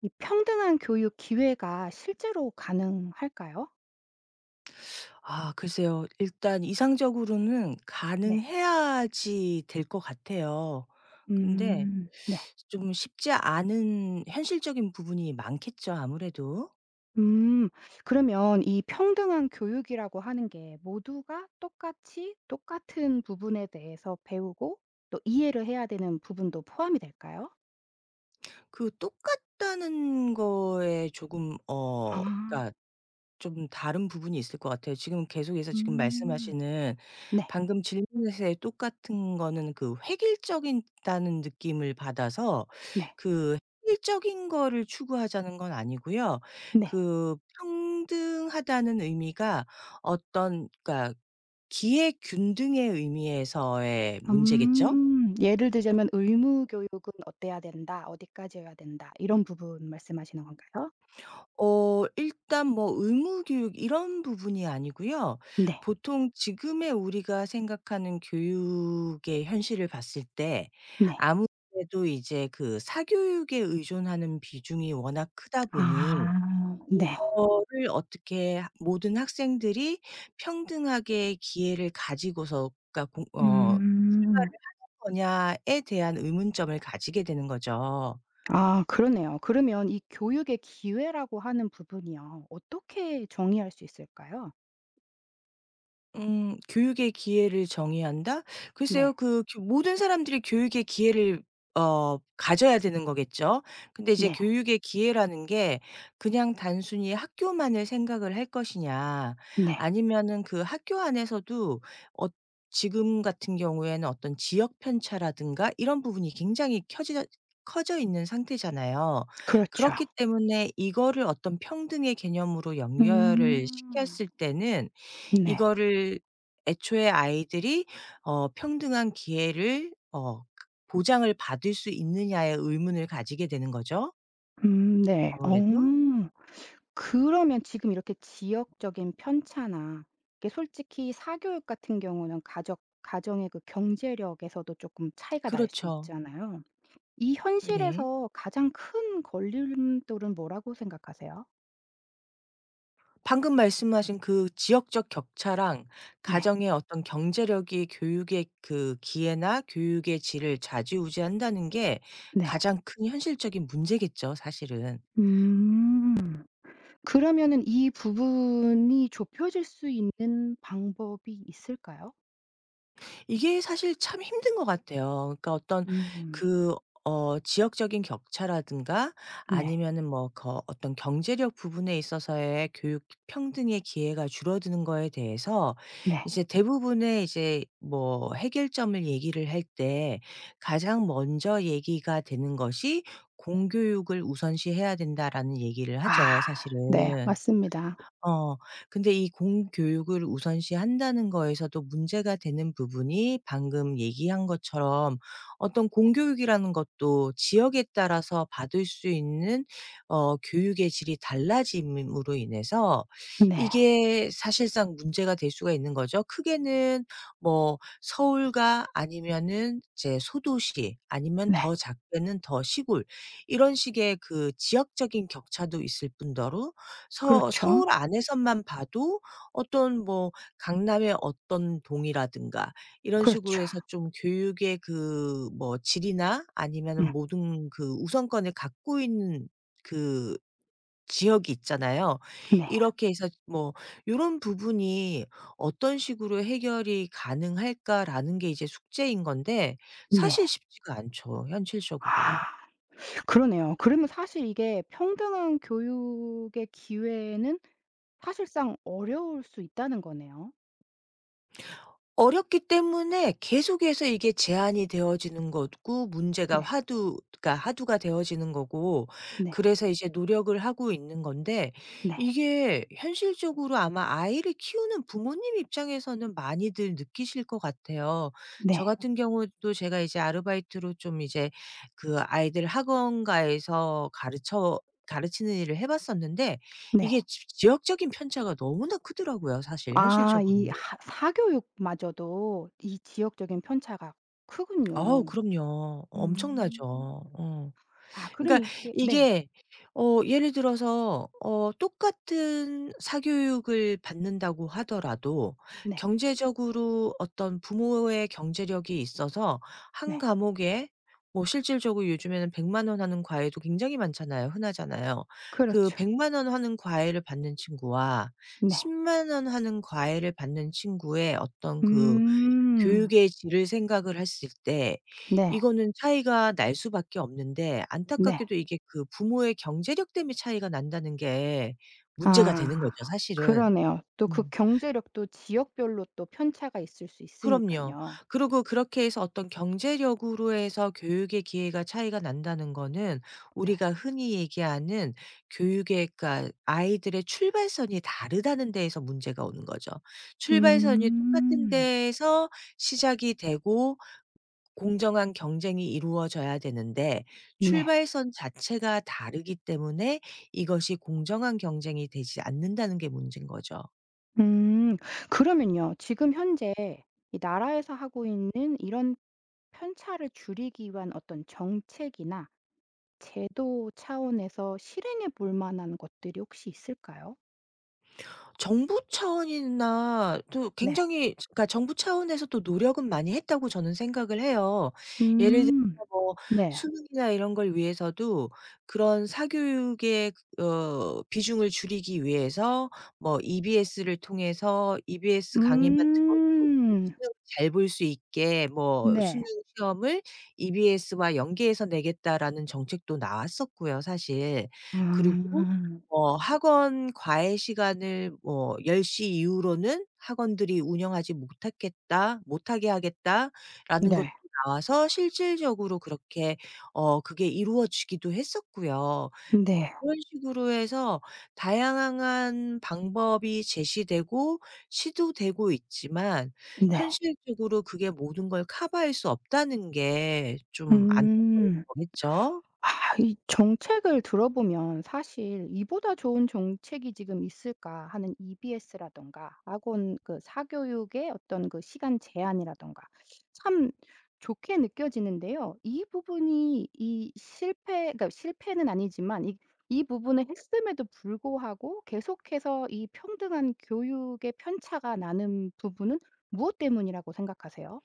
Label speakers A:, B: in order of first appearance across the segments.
A: 이 평등한 교육 기회가 실제로 가능할까요?
B: 글쎄요. 일단 이상적으로는
A: 네.
B: 가능해야지 될 것 같아요. 근데
A: 음. 네.
B: 좀 쉽지 않은 현실적인 부분이 많겠죠, 아무래도.
A: 음. 그러면 이 평등한 교육이라고 하는 게 모두가 똑같이 똑같은 부분에 대해서 배우고 또 이해를 해야 되는 부분도 포함이 될까요?
B: 그 똑같다는 거에 조금
A: 아.
B: 그러니까 좀 다른 부분이 있을 것 같아요. 지금 계속해서 지금
A: 음.
B: 말씀하시는
A: 네.
B: 방금 질문에서의 똑같은 거는 그 획일적이다는 느낌을 받아서
A: 네.
B: 그 획일적인 거를 추구하자는 건 아니고요.
A: 네.
B: 그 평등하다는 의미가 어떤 그러니까 기회 균등의 의미에서의 문제겠죠?
A: 음. 예를 들자면 "의무 교육은 어때야 된다. 어디까지여야 된다." 이런 부분 말씀하시는 건가요?
B: 일단 뭐 의무 교육 이런 부분이 아니고요.
A: 네.
B: 보통 지금의 우리가 생각하는 교육의 현실을 봤을 때
A: 네.
B: 아무래도 이제 그 사교육에 의존하는 비중이 워낙 크다 보니
A: 아. 네.
B: 이거를 어떻게 하 모든 학생들이 평등하게 기회를 가지고서 가 공 어 출발을
A: 음.
B: 하는 거냐에 대한 의문점을 가지게 되는 거죠.
A: 아 그러네요. 그러면 이 교육의 기회라고 하는 부분이요. 어떻게 정의할 수 있을까요?
B: 음. '교육의 기회를 정의한다.'
A: 네.
B: 글쎄요. 그 교 모든 사람들이 교육의 기회를 가져야 되는 거겠죠. 근데 이제
A: 네.
B: 교육의 기회라는 게 그냥 단순히 학교만을 생각을 할 것이냐
A: 네.
B: 아니면은 그 학교 안에서도 어 지금 같은 경우에는 어떤 지역 편차라든가 이런 부분이 굉장히 켜 커져 있는 상태잖아요.
A: 그렇죠.
B: 그렇기 때문에 이거를 어떤 평등의 개념으로 연결을
A: 음.
B: 시켰을 때는
A: 네.
B: 이거를 애초에 아이들이 평등한 기회를 보장을 받을 수 있느냐에 의문을 가지게 되는 거죠,
A: 네. 어.
B: 아무래도.
A: 그러면 지금 이렇게 지역적인 편차나 이게 솔직히 사교육 같은 경우는 가족 가정의 그 경제력에서도 조금 차이가 날 수
B: 그렇죠.
A: 있잖아요. 이
B: 네.
A: 현실에서 가장 큰 걸림돌은 뭐라고 생각하세요?
B: 방금 말씀하신 그 지역적 격차랑
A: 네.
B: 가정의 어떤 경제력이 교육의 그 기회나 교육의 질을 좌지우지한다는 게
A: 네.
B: 가장 큰 현실적인 문제겠죠, 사실은.
A: 음. 그러면은 이 부분이 좁혀질 수 있는 방법이 있을까요?
B: 이게 사실 참 힘든 것 같아요. 그러니까 어떤
A: 음.
B: 그 지역적인 격차라든가
A: 네.
B: 아니면은 뭐 거 어떤 경제력 부분에 있어서의 교육 평등의 기회가 줄어드는 거에 대해서
A: 네.
B: 이제 대부분의 이제 뭐 해결점을 얘기를 할 때 가장 먼저 얘기가 되는 것이 "공교육을 우선시해야 된다."라는 얘기를 하죠,
A: 아 네.
B: 사실은.
A: 맞습니다.
B: 어. 근데 이 공교육을 우선시한다는 거에서도 문제가 되는 부분이 방금 얘기한 것처럼 어떤 공교육이라는 것도 지역에 따라서 받을 수 있는 교육의 질이 달라짐으로 인해서
A: 네.
B: 이게 사실상 문제가 될 수가 있는 거죠. 크게는 뭐 서울과 아니면은 이제 소도시 아니면
A: 네.
B: 더 작게는 더 시골 이런 식의 그 지역적인 격차도 있을 뿐더러 서
A: 그렇죠.
B: 서울 안에서만 봐도 어떤 뭐 강남의 어떤 동이라든가 이런
A: 그렇죠.
B: 식으로 해서 좀 교육의 그 뭐 질이나 아니면은
A: 음.
B: 모든 그 우선권을 갖고 있는 그 지역이 있잖아요.
A: 네.
B: 이렇게 해서 뭐 요런 부분이 '어떤 식으로 해결이 가능할까?'라는 게 이제 숙제인 건데 사실
A: 네.
B: 쉽지가 않죠, 현실적으로.
A: 아 그러네요. 그러면 사실 이게 평등한 교육의 기회는 사실상 어려울 수 있다는 거네요.
B: 어렵기 때문에 계속해서 이게 제한이 되어지는 거고 문제가
A: 네.
B: 화두 그러니까 화두가 되어지는 거고
A: 네.
B: 그래서 이제 노력을 하고 있는 건데
A: 네.
B: 이게 현실적으로 아마 아이를 키우는 부모님 입장에서는 많이들 느끼실 것 같아요. 저
A: 네.
B: 같은 경우도 제가 이제 아르바이트로 좀 이제 그 아이들 학원가에서 가르쳐 가르치는 일을 해 봤었는데
A: 네.
B: 이게 지 지역적인 편차가 너무나 크더라고요, 사실
A: 아 이
B: 현실적으로.
A: 하 사교육마저도 이 지역적인 편차가
B: 아우,
A: 크군요.
B: 그럼요. 엄청나죠.
A: 음.
B: 어.
A: 아 그럼
B: 그러니까
A: 이게 네.
B: 이게 예를 들어서 똑같은 사교육을 받는다고 하더라도
A: 네.
B: 경제적으로 어떤 부모의 경제력이 있어서 한
A: 네.
B: 과목에 뭐 실질적으로 요즘에는 100원 하는 과외도 굉장히 많잖아요. 흔하잖아요. 그
A: 그렇죠.
B: 100원 하는 과외를 받는 친구와
A: 네.
B: 10원 하는 과외를 받는 친구의 어떤 그
A: 음.
B: 교육의 질을 생각을 했을 때
A: 네.
B: 이거는 차이가 날 수밖에 없는데,
A: 네.
B: 안타깝게도 이게 그 부모의 경제력 때문에 차이가 난다는 게 문제가 되는
A: 아
B: 거죠, 사실은.
A: 그러네요. 또 그
B: 음.
A: 경제력도 지역별로 또 편차가 있을 수 있으니까
B: 그럼요.
A: 요
B: 그리고 그렇게 해서 어떤 경제력으로 해서 교육의 기회가 차이가 난다는 거는
A: 네.
B: 우리가 흔히 얘기하는 교육의, 아이들의 출발선이 다르다는 데에서 문제가 오는 거죠. 출발선이 똑같은
A: 음.
B: 데에서 시작이 되고 공정한 경쟁이 이루어져야 되는데
A: 네.
B: 출발선 자체가 다르기 때문에 이것이 공정한 경쟁이 되지 않는다는 게 문제인 거죠.
A: 음. 그러면요. 지금 현재 이 나라에서 하고 있는 이런 편차를 줄이기 위한 어떤 정책이나 제도 차원에서 실행해 볼 만한 것들이 혹시 있을까요?
B: 정부 차원이나 또
A: 네.
B: 굉장히 그러니까 정부 차원에서 또 노력은 많이 했다고 저는 생각을 해요. 예를 들어서
A: 음.
B: 뭐
A: 네.
B: 수능이나 이런 걸 위해서도 그런 사교육의 비중을 줄이기 위해서 뭐 EBS를 통해서 EBS 강의만 들어도
A: 음.
B: 수능을 잘 볼 수 있게 뭐 "수능
A: 네.
B: 시험을 EBS와 연계해서 내겠다."라는 정책도 나왔었고요, 사실. 그리고
A: 음.
B: 학원 과외 시간을 뭐 10시 이후로는 학원들이 운영하지 못하겠다 못하게 하겠다."라는 것도
A: 네.
B: 나와서 실질적으로 그렇게 그게 이루어지기도 했었고요.
A: 네.
B: 그런 식으로 해서 다양한 방법이 제시되고 시도되고 있지만
A: 네.
B: 현실적으로 그게 모든 걸 커버할 수 없다는 게 좀 안타까운
A: 음.
B: 거겠죠?
A: 아 이 정책을 들어보면 사실 '이보다 좋은 정책이 지금 있을까?' 하는 EBS라든가 학원 그 사교육의 어떤 그 시간 제한이라든가 참 좋게 느껴지는데요. 이 부분이 이 실패 그러니까 실패는 아니지만 이 이 부분을 했음에도 불구하고 계속해서 이 평등한 교육의 편차가 나는 부분은 무엇 때문이라고 생각하세요?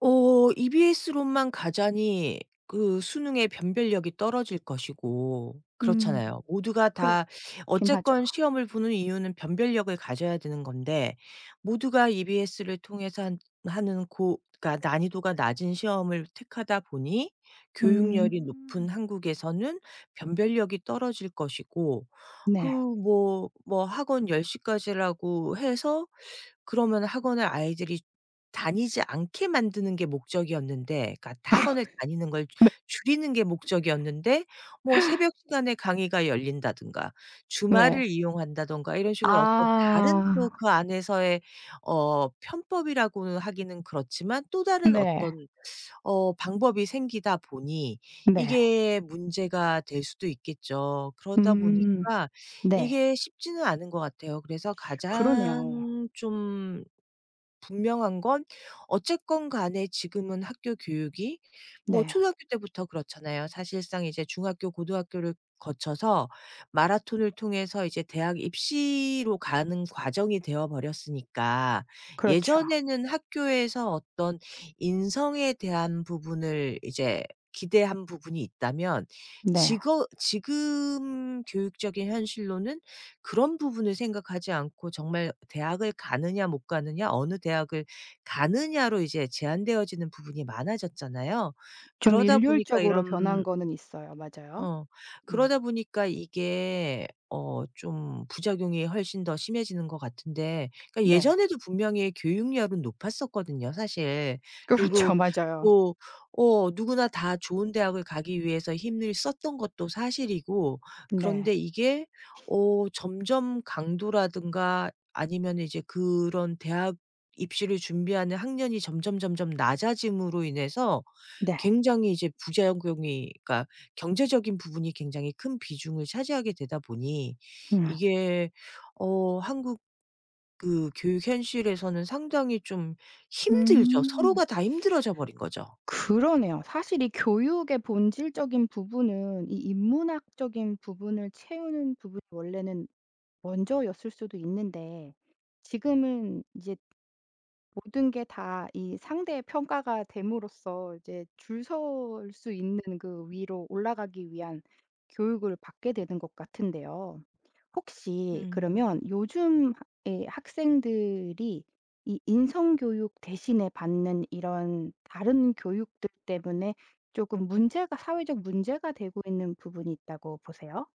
B: EBS로만 가자니 그 수능의 변별력이 떨어질 것이고,
A: 음.
B: 그렇잖아요. 모두가 다
A: 그렇긴 하죠.
B: 어쨌건 시험을 보는 이유는 변별력을 가져야 되는 건데 모두가 EBS를 통해서 한 하는 고 그러니까 난이도가 낮은 시험을 택하다 보니 교육열이 높은
A: 음.
B: 한국에서는 변별력이 떨어질 것이고, 그
A: 네.
B: 뭐 학원 10시 시까지라고 해서 그러면 학원을 아이들이 다니지 않게 만드는 게 목적이었는데, 그러니까 학원을 다니는 걸
A: 네.
B: 줄이는 게 목적이었는데 뭐 새벽 시간에 강의가 열린다든가
A: 네.
B: 주말을 이용한다든가 이런 식으로 어떤 다른
A: 아.
B: 또 그 안에서의 편법이라고 하기는 그렇지만 또 다른
A: 네.
B: 어떤 방법이 생기다 보니
A: 네.
B: 이게 문제가 될 수도 있겠죠. 그러다
A: 음.
B: 보니까
A: 네.
B: 이게 쉽지는 않은 것 같아요. 그래서
A: 그러네요.
B: 가장 좀 분명한 건 어쨌건 간에 지금은 학교 교육이 뭐
A: 네.
B: 초등학교 때부터 그렇잖아요. 사실상 이제 중학교, 고등학교를 거쳐서 마라톤을 통해서 이제 대학 입시로 가는 과정이 되어 버렸으니까.
A: 그렇죠.
B: 예전에는 학교에서 어떤 인성에 대한 부분을 이제 기대한 부분이 있다면
A: 네.
B: 지거 지금 교육적인 현실로는 그런 부분을 생각하지 않고 정말 대학을 가느냐 못 가느냐 어느 대학을 가느냐로 이제 제한되어지는 부분이 많아졌잖아요.
A: 좀
B: 그러다 보니까
A: 일률적으로 변한
B: 이런
A: 거는 있어요. 맞아요.
B: 어.
A: 음.
B: 그러다 보니까 이게 좀 부작용이 훨씬 더 심해지는 것 같은데, 그러니까
A: 네.
B: 예전에도 분명히 교육열은 높았었거든요, 사실.
A: 그렇죠.
B: 그리고
A: 맞아요.
B: 또 누구나 다 좋은 대학을 가기 위해서 힘을 썼던 것도 사실이고,
A: 네.
B: 그런데 이게 점점 강도라든가 아니면은 이제 그런 대학 입시를 준비하는 학년이 점점 낮아짐으로 인해서
A: 네.
B: 굉장히 이제 부작용이 그러니까 경제적인 부분이 굉장히 큰 비중을 차지하게 되다 보니
A: 음.
B: 이게 한국 그 교육 현실에서는 상당히 좀 힘들죠.
A: 음.
B: 서로가 다 힘들어져 버린 거죠.
A: 그러네요. 사실 이 교육의 본질적인 부분은 이 인문학적인 부분을 채우는 부분이 원래는 먼저였을 수도 있는데 지금은 이제 모든 게 다 이 상대의 평가가 됨으로써 이제 줄 설 수 있는 그 위로 올라가기 위한 교육을 받게 되는 것 같은데요. 혹시
B: 음.
A: 그러면 요즘의 학생들이 이 인성 교육 대신에 받는 이런 다른 교육들 때문에 조금 문제가 사회적 문제가 되고 있는 부분이 있다고 보세요?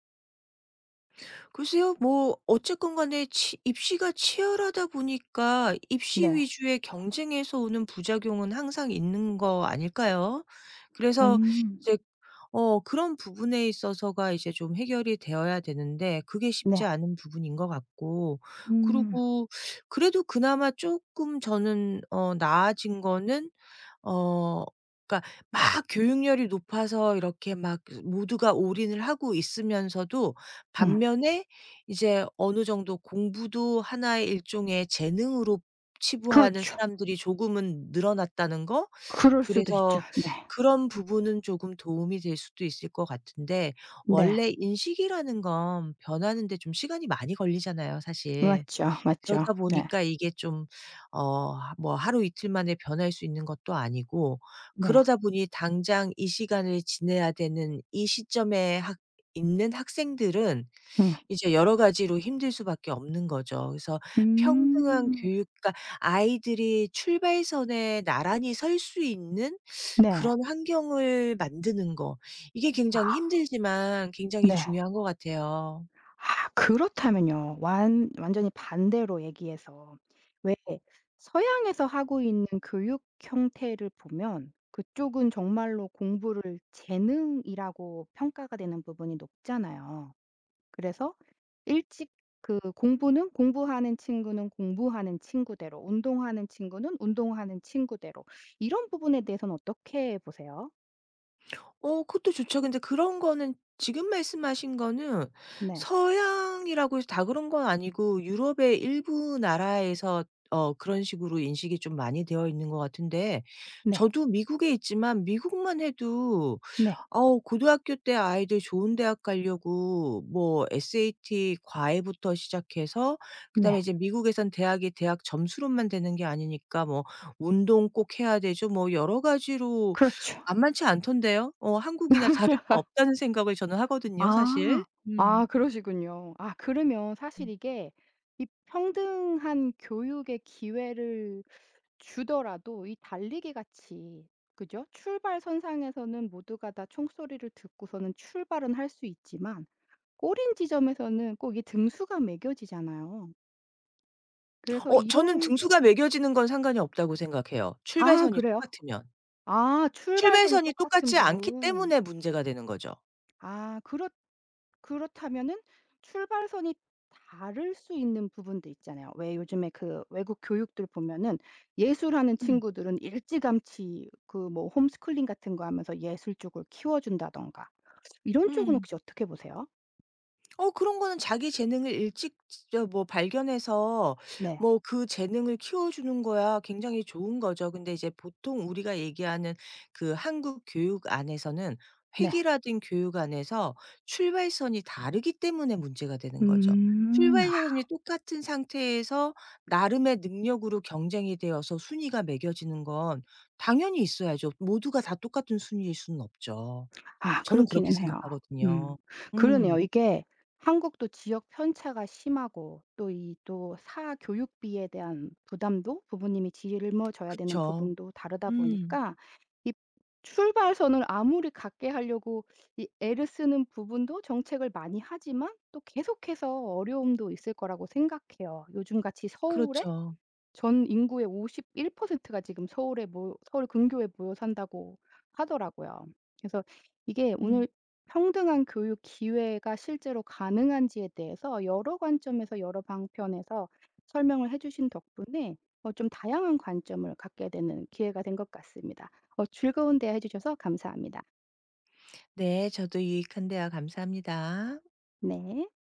B: 글쎄요. 뭐 어쨌건 간에 치 입시가 치열하다 보니까 입시
A: 네.
B: 위주의 경쟁에서 오는 부작용은 항상 있는 거 아닐까요? 그래서
A: 음.
B: 이제 그런 부분에 있어서가 이제 좀 해결이 되어야 되는데 그게 쉽지
A: 네.
B: 않은 부분인 것 같고,
A: 음.
B: 그리고 그래도 그나마 조금 저는 나아진 거는 어 그러니까 막 교육열이 높아서 이렇게 막 모두가 올인을 하고 있으면서도
A: 음.
B: 반면에 이제 어느 정도 공부도 하나의 일종의 재능으로 치부하는
A: 그렇죠.
B: 사람들이 조금은 늘어났다는 거?
A: 그럴 수도 있죠.
B: 그래서
A: 네.
B: 그런 부분은 조금 도움이 될 수도 있을 것 같은데,
A: 네.
B: 원래 인식이라는 건 변하는데 좀 시간이 많이 걸리잖아요, 사실.
A: 맞죠, 맞죠.
B: 그러다
A: 네.
B: 보니까 이게 좀 뭐 하루 이틀 만에 변할 수 있는 것도 아니고
A: 네.
B: 그러다 보니 당장 이 시간을 지내야 되는 이 시점에 학 있는 학생들은
A: 음.
B: 이제 여러 가지로 힘들 수밖에 없는 거죠. 그래서 평등한
A: 음.
B: 교육, 그러니까 아이들이 출발선에 나란히 설 수 있는
A: 네.
B: 그런 환경을 만드는 거, 이게 굉장히
A: 아
B: 힘들지만 굉장히
A: 네.
B: 중요한 것 같아요.
A: 아 그렇다면요. 완 완전히 반대로 얘기해서 왜 서양에서 하고 있는 교육 형태를 보면 그쪽은 정말로 공부를 재능이라고 평가가 되는 부분이 높잖아요. 그래서 일찍 그 공부는 공부하는 친구는 공부하는 친구대로, 운동하는 친구는 운동하는 친구대로 이런 부분에 대해서는 어떻게 보세요?
B: 그것도 좋죠. 근데 그런 거는 지금 말씀하신 거는
A: 네.
B: 서양이라고 해서 다 그런 건 아니고 유럽의 일부 나라에서 그런 식으로 인식이 좀 많이 되어 있는 것 같은데,
A: 네.
B: 저도 미국에 있지만 미국만 해도
A: 네.
B: 어, 고등학교 때 아이들 좋은 대학 가려고 뭐 SAT 과외부터 시작해서 그다음에
A: 네.
B: 이제 미국에선 대학이 대학 점수로만 되는 게 아니니까 뭐 운동 꼭 해야 되죠. 뭐 여러 가지로
A: 그렇죠.
B: 만만치 않던데요. 한국이나 다를 바 없다는 생각을 저는 하거든요, 사실.
A: 아. 아 그러시군요. 아 그러면 사실 이게 이 평등한 교육의 기회를 주더라도 이 달리기 같이 그죠? 출발선상에서는 모두가 다 총소리를 듣고서는 출발은 할 수 있지만 꼬린 지점에서는 꼭 이 등수가 매겨지잖아요. 그래서
B: 저는
A: 이런
B: 등수가 매겨지는 건 상관이 없다고 생각해요,
A: 아
B: 출발선이
A: 그래요?
B: 똑같으면.
A: 아 출발선이
B: 출발선이
A: 똑같은
B: 똑같지 않기
A: 부분.
B: 때문에 문제가 되는 거죠.
A: 아 그렇 그렇다면은 출발선이 다를 수 있는 부분도 있잖아요. 왜 요즘에 그 외국 교육들 보면은 예술하는
B: 음.
A: 친구들은 일찌감치 그 뭐 홈스쿨링 같은 거 하면서 예술 쪽을 키워 준다든가 이런 쪽은
B: 음.
A: 혹시 어떻게 보세요?
B: 그런 거는 자기 재능을 일찍 진짜 뭐 발견해서
A: 네.
B: 뭐 그 재능을 키워주는 거야 굉장히 좋은 거죠. 근데 이제 보통 우리가 얘기하는 그 한국 교육 안에서는
A: 네.
B: 획일화된 교육 안에서 출발선이 다르기 때문에 문제가 되는 거죠.
A: 음.
B: 출발선이 똑같은 상태에서 나름의 능력으로 경쟁이 되어서 순위가 매겨지는 건 당연히 있어야죠. 모두가 다 똑같은 순위일 수는 없죠.
A: 아
B: 저는 그렇게
A: 그렇기는 해요. 음.
B: 생각하거든요. 음.
A: 그러네요. 이게 한국도 지역 편차가 심하고 또 이 또 사 교육비에 대한 부담도 부모님이 짊어져야 되는
B: 그쵸.
A: 부분도 다르다
B: 음.
A: 보니까 이 출발선을 아무리 같게 하려고 이 애를 쓰는 부분도 정책을 많이 하지만 또 계속해서 어려움도 있을 거라고 생각해요. 요즘같이 서울에
B: 그렇죠.
A: 전 인구의 51%가 지금 서울에 모 서울 근교에 모여 산다고 하더라고요. 그래서 이게
B: 음.
A: 오늘 평등한 교육 기회가 실제로 가능한지에 대해서 여러 관점에서 여러 방편에서 설명을 해 주신 덕분에 어 좀 다양한 관점을 갖게 되는 기회가 된 것 같습니다. 어 즐거운 대화해 주셔서 감사합니다.
B: 네. 저도 유익한 대화 감사합니다.
A: 네.